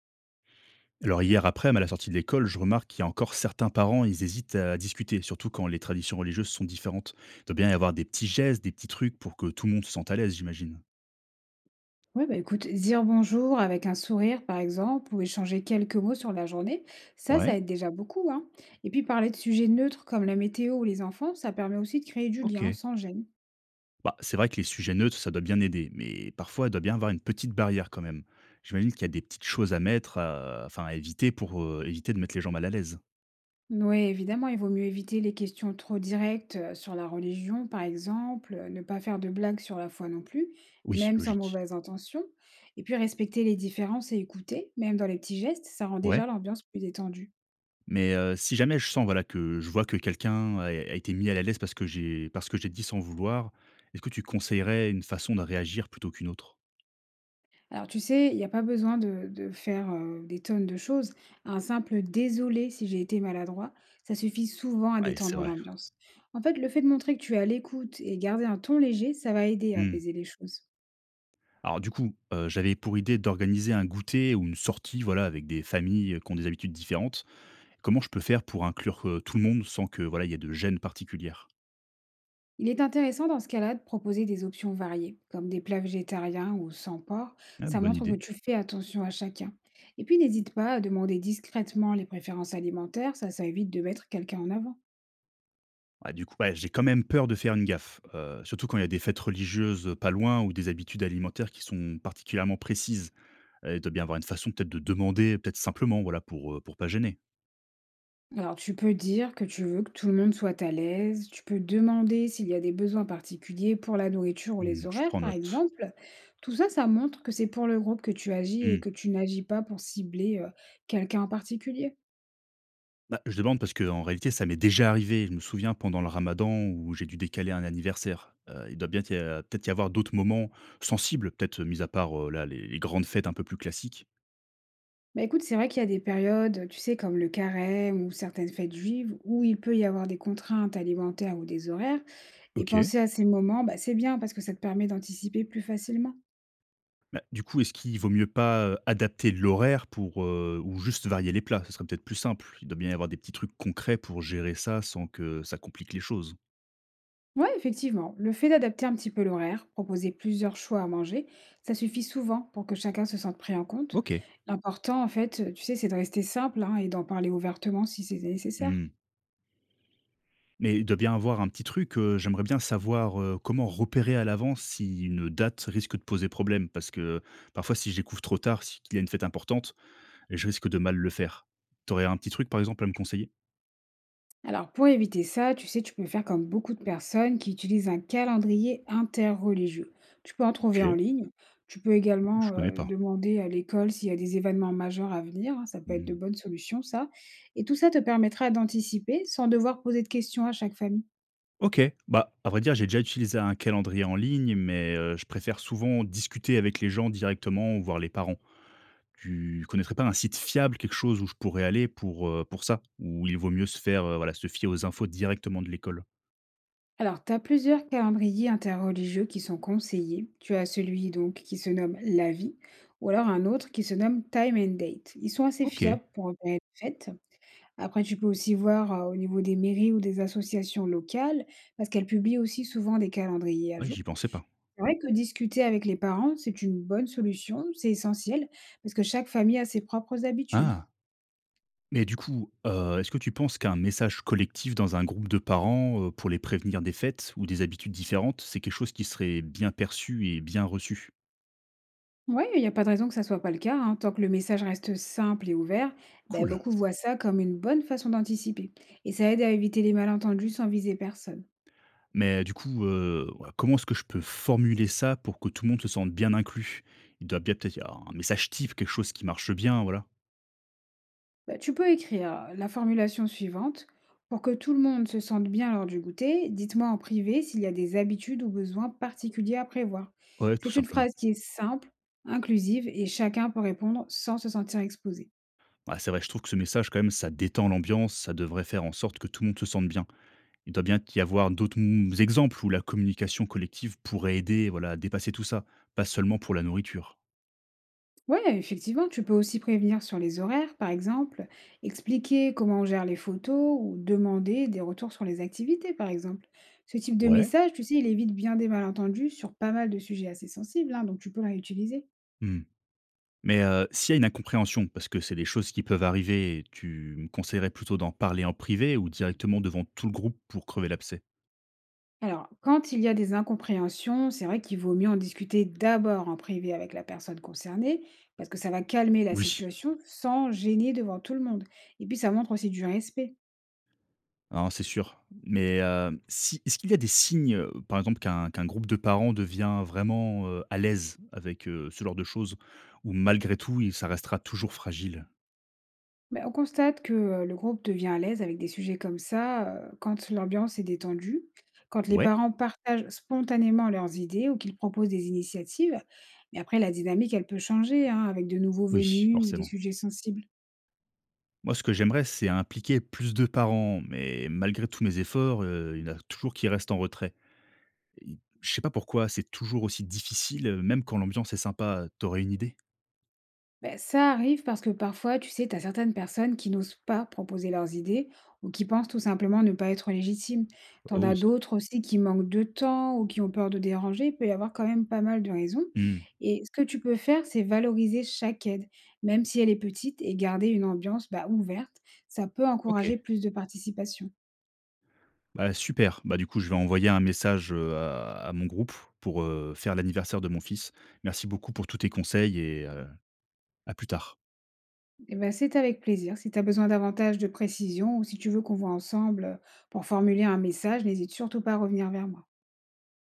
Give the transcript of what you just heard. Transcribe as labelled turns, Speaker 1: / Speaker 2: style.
Speaker 1: Alors hier après, à la sortie de l'école, je remarque qu'il y a encore certains parents, ils hésitent à discuter, surtout quand les traditions religieuses sont différentes. Il doit bien y avoir des petits gestes, des petits trucs pour que tout le monde se sente à l'aise, j'imagine.
Speaker 2: Ouais, bah, écoute, dire bonjour avec un sourire, par exemple, ou échanger quelques mots sur la journée, ça,
Speaker 1: Ouais,
Speaker 2: ça aide déjà beaucoup, hein. Et puis parler de sujets neutres comme la météo ou les enfants, ça permet aussi de créer du
Speaker 1: ok.
Speaker 2: lien sans gêne.
Speaker 1: Bah, c'est vrai que les sujets neutres, ça doit bien aider, mais parfois, il doit bien y avoir une petite barrière quand même. J'imagine qu'il y a des petites choses à mettre, à éviter pour éviter de mettre les gens mal à l'aise.
Speaker 2: Oui, évidemment, il vaut mieux éviter les questions trop directes sur la religion, par exemple, ne pas faire de blagues sur la foi non plus,
Speaker 1: Oui,
Speaker 2: même sans
Speaker 1: logique.
Speaker 2: mauvaise intention. Et puis respecter les différences et écouter, même dans les petits gestes, ça rend
Speaker 1: Ouais.
Speaker 2: déjà l'ambiance plus détendue.
Speaker 1: Mais si jamais je sens, voilà, que je vois que quelqu'un a été mis mal à la l'aise parce que j'ai dit sans vouloir, est-ce que tu conseillerais une façon de réagir plutôt qu'une autre?
Speaker 2: Alors tu sais, il n'y a pas besoin de faire, des tonnes de choses. Un simple «désolé si j'ai été maladroit», ça suffit souvent à
Speaker 1: Ouais, c'est
Speaker 2: détendre
Speaker 1: vrai.
Speaker 2: l'ambiance. En fait, le fait de montrer que tu es à l'écoute et garder un ton léger, ça va aider à
Speaker 1: Mmh.
Speaker 2: apaiser les choses.
Speaker 1: Alors du coup, j'avais pour idée d'organiser un goûter ou une sortie, voilà, avec des familles, qui ont des habitudes différentes. Comment je peux faire pour inclure, tout le monde sans que, voilà, il y ait de gêne particulière?
Speaker 2: Il est intéressant dans ce cas-là de proposer des options variées, comme des plats végétariens ou sans porc.
Speaker 1: Ah,
Speaker 2: Ça
Speaker 1: bonne
Speaker 2: montre que
Speaker 1: idée.
Speaker 2: tu fais attention à chacun. Et puis n'hésite pas à demander discrètement les préférences alimentaires, ça évite de mettre quelqu'un en avant.
Speaker 1: Ouais, du coup, ouais, j'ai quand même peur de faire une gaffe, surtout quand il y a des fêtes religieuses, pas loin ou des habitudes alimentaires qui sont particulièrement précises. Il doit bien avoir une façon peut-être de demander, peut-être simplement, voilà, pour pas gêner.
Speaker 2: Alors, tu peux dire que tu veux que tout le monde soit à l'aise, tu peux demander s'il y a des besoins particuliers pour la nourriture ou les
Speaker 1: Mmh, je
Speaker 2: horaires,
Speaker 1: prends
Speaker 2: par
Speaker 1: note.
Speaker 2: exemple. Tout ça, ça montre que c'est pour le groupe que tu agis et
Speaker 1: Mmh.
Speaker 2: que tu n'agis pas pour cibler quelqu'un en particulier.
Speaker 1: Bah, je demande parce que en réalité, ça m'est déjà arrivé. Je me souviens pendant le ramadan où j'ai dû décaler un anniversaire. Il doit bien t a peut-être y avoir d'autres moments sensibles, peut-être mis à part, là, les grandes fêtes un peu plus classiques.
Speaker 2: Bah écoute, c'est vrai qu'il y a des périodes, tu sais, comme le carême ou certaines fêtes juives, où il peut y avoir des contraintes alimentaires ou des horaires. Et
Speaker 1: OK.
Speaker 2: penser à ces moments, bah, c'est bien parce que ça te permet d'anticiper plus facilement.
Speaker 1: Bah, du coup, est-ce qu'il vaut mieux pas, adapter l'horaire pour, ou juste varier les plats? Ce serait peut-être plus simple. Il doit bien y avoir des petits trucs concrets pour gérer ça sans que ça complique les choses.
Speaker 2: Oui, effectivement. Le fait d'adapter un petit peu l'horaire, proposer plusieurs choix à manger, ça suffit souvent pour que chacun se sente pris en compte.
Speaker 1: OK.
Speaker 2: L'important, en fait, tu sais, c'est de rester simple hein, et d'en parler ouvertement si c'est nécessaire.
Speaker 1: Mmh. Mais il doit bien avoir un petit truc, j'aimerais bien savoir, comment repérer à l'avance si une date risque de poser problème? Parce que parfois, si je découvre trop tard si qu'il y a une fête importante, je risque de mal le faire. T'aurais un petit truc, par exemple, à me conseiller?
Speaker 2: Alors, pour éviter ça, tu sais, tu peux faire comme beaucoup de personnes qui utilisent un calendrier interreligieux. Tu peux en trouver en
Speaker 1: OK,
Speaker 2: ligne. Tu peux également
Speaker 1: je connais pas.
Speaker 2: demander à l'école s'il y a des événements majeurs à venir. Hein, ça peut être de
Speaker 1: Mmh.
Speaker 2: bonnes solutions, ça. Et tout ça te permettra d'anticiper sans devoir poser de questions à chaque famille.
Speaker 1: OK, bah, à vrai dire, j'ai déjà utilisé un calendrier en ligne, mais, je préfère souvent discuter avec les gens directement ou voir les parents. Tu connaîtrais pas un site fiable, quelque chose où je pourrais aller pour ça? Où il vaut mieux se faire, voilà, se fier aux infos directement de l'école?
Speaker 2: Alors, tu as plusieurs calendriers interreligieux qui sont conseillés. Tu as celui donc qui se nomme La Vie, ou alors un autre qui se nomme Time and Date. Ils sont assez
Speaker 1: OK.
Speaker 2: fiables pour repérer les fêtes. Après, tu peux aussi voir au niveau des mairies ou des associations locales, parce qu'elles publient aussi souvent des calendriers à
Speaker 1: Ouais,
Speaker 2: jour.
Speaker 1: j'y pensais pas.
Speaker 2: C'est vrai que discuter avec les parents, c'est une bonne solution, c'est essentiel, parce que chaque famille a ses propres habitudes.
Speaker 1: Ah! Mais du coup, est-ce que tu penses qu'un message collectif dans un groupe de parents, pour les prévenir des fêtes ou des habitudes différentes, c'est quelque chose qui serait bien perçu et bien reçu?
Speaker 2: Ouais, il n'y a pas de raison que ça soit pas le cas, hein. Tant que le message reste simple et ouvert, ben,
Speaker 1: Cool.
Speaker 2: beaucoup voient ça comme une bonne façon d'anticiper. Et ça aide à éviter les malentendus sans viser personne.
Speaker 1: Mais du coup, ouais, comment est-ce que je peux formuler ça pour que tout le monde se sente bien inclus? Il doit bien peut-être y avoir un message type, quelque chose qui marche bien, voilà.
Speaker 2: Ben, tu peux écrire la formulation suivante. Pour que tout le monde se sente bien lors du goûter, dites-moi en privé s'il y a des habitudes ou besoins particuliers à prévoir.
Speaker 1: Ouais, tout
Speaker 2: C'est une
Speaker 1: simplement.
Speaker 2: phrase qui est simple, inclusive et chacun peut répondre sans se sentir exposé.
Speaker 1: Ouais, c'est vrai, je trouve que ce message quand même, ça détend l'ambiance, ça devrait faire en sorte que tout le monde se sente bien. Il doit bien y avoir d'autres m exemples où la communication collective pourrait aider, voilà, à dépasser tout ça, pas seulement pour la nourriture.
Speaker 2: Ouais, effectivement, tu peux aussi prévenir sur les horaires, par exemple, expliquer comment on gère les photos ou demander des retours sur les activités, par exemple. Ce type de
Speaker 1: Ouais.
Speaker 2: message, tu sais, il évite bien des malentendus sur pas mal de sujets assez sensibles, hein, donc tu peux le réutiliser.
Speaker 1: Mmh. Mais, s'il y a une incompréhension, parce que c'est des choses qui peuvent arriver, tu me conseillerais plutôt d'en parler en privé ou directement devant tout le groupe pour crever l'abcès?
Speaker 2: Alors, quand il y a des incompréhensions, c'est vrai qu'il vaut mieux en discuter d'abord en privé avec la personne concernée, parce que ça va calmer la
Speaker 1: Oui.
Speaker 2: situation sans gêner devant tout le monde. Et puis, ça montre aussi du respect.
Speaker 1: Hein, c'est sûr. Mais, si est-ce qu'il y a des signes, par exemple qu'un groupe de parents devient vraiment, à l'aise avec, ce genre de choses ou malgré tout, il ça restera toujours fragile?
Speaker 2: Ben, on constate que le groupe devient à l'aise avec des sujets comme ça quand l'ambiance est détendue, quand les
Speaker 1: Ouais,
Speaker 2: parents partagent spontanément leurs idées ou qu'ils proposent des initiatives. Mais après, la dynamique, elle peut changer hein, avec de nouveaux
Speaker 1: oui.
Speaker 2: venus ou des
Speaker 1: Forcément.
Speaker 2: sujets sensibles.
Speaker 1: Moi, ce que j'aimerais, c'est impliquer plus de parents, mais malgré tous mes efforts, il y en a toujours qui restent en retrait. Et je sais pas pourquoi, c'est toujours aussi difficile, même quand l'ambiance est sympa. T'aurais une idée?
Speaker 2: Ben ça arrive parce que parfois, tu sais, tu as certaines personnes qui n'osent pas proposer leurs idées ou qui pensent tout simplement ne pas être légitimes. T'en
Speaker 1: Oh
Speaker 2: as
Speaker 1: oui.
Speaker 2: d'autres aussi qui manquent de temps ou qui ont peur de déranger. Il peut y avoir quand même pas mal de raisons.
Speaker 1: Mmh.
Speaker 2: Et ce que tu peux faire, c'est valoriser chaque aide, même si elle est petite, et garder une ambiance bah, ouverte. Ça peut
Speaker 1: OK.
Speaker 2: encourager plus de participation.
Speaker 1: Bah, super. Bah, du coup, je vais envoyer un message, à mon groupe pour, faire l'anniversaire de mon fils. Merci beaucoup pour tous tes conseils et à plus tard.
Speaker 2: Et ben, c'est avec plaisir. Si tu as besoin davantage de précision ou si tu veux qu'on voit ensemble pour formuler un message, n'hésite surtout pas à revenir vers moi.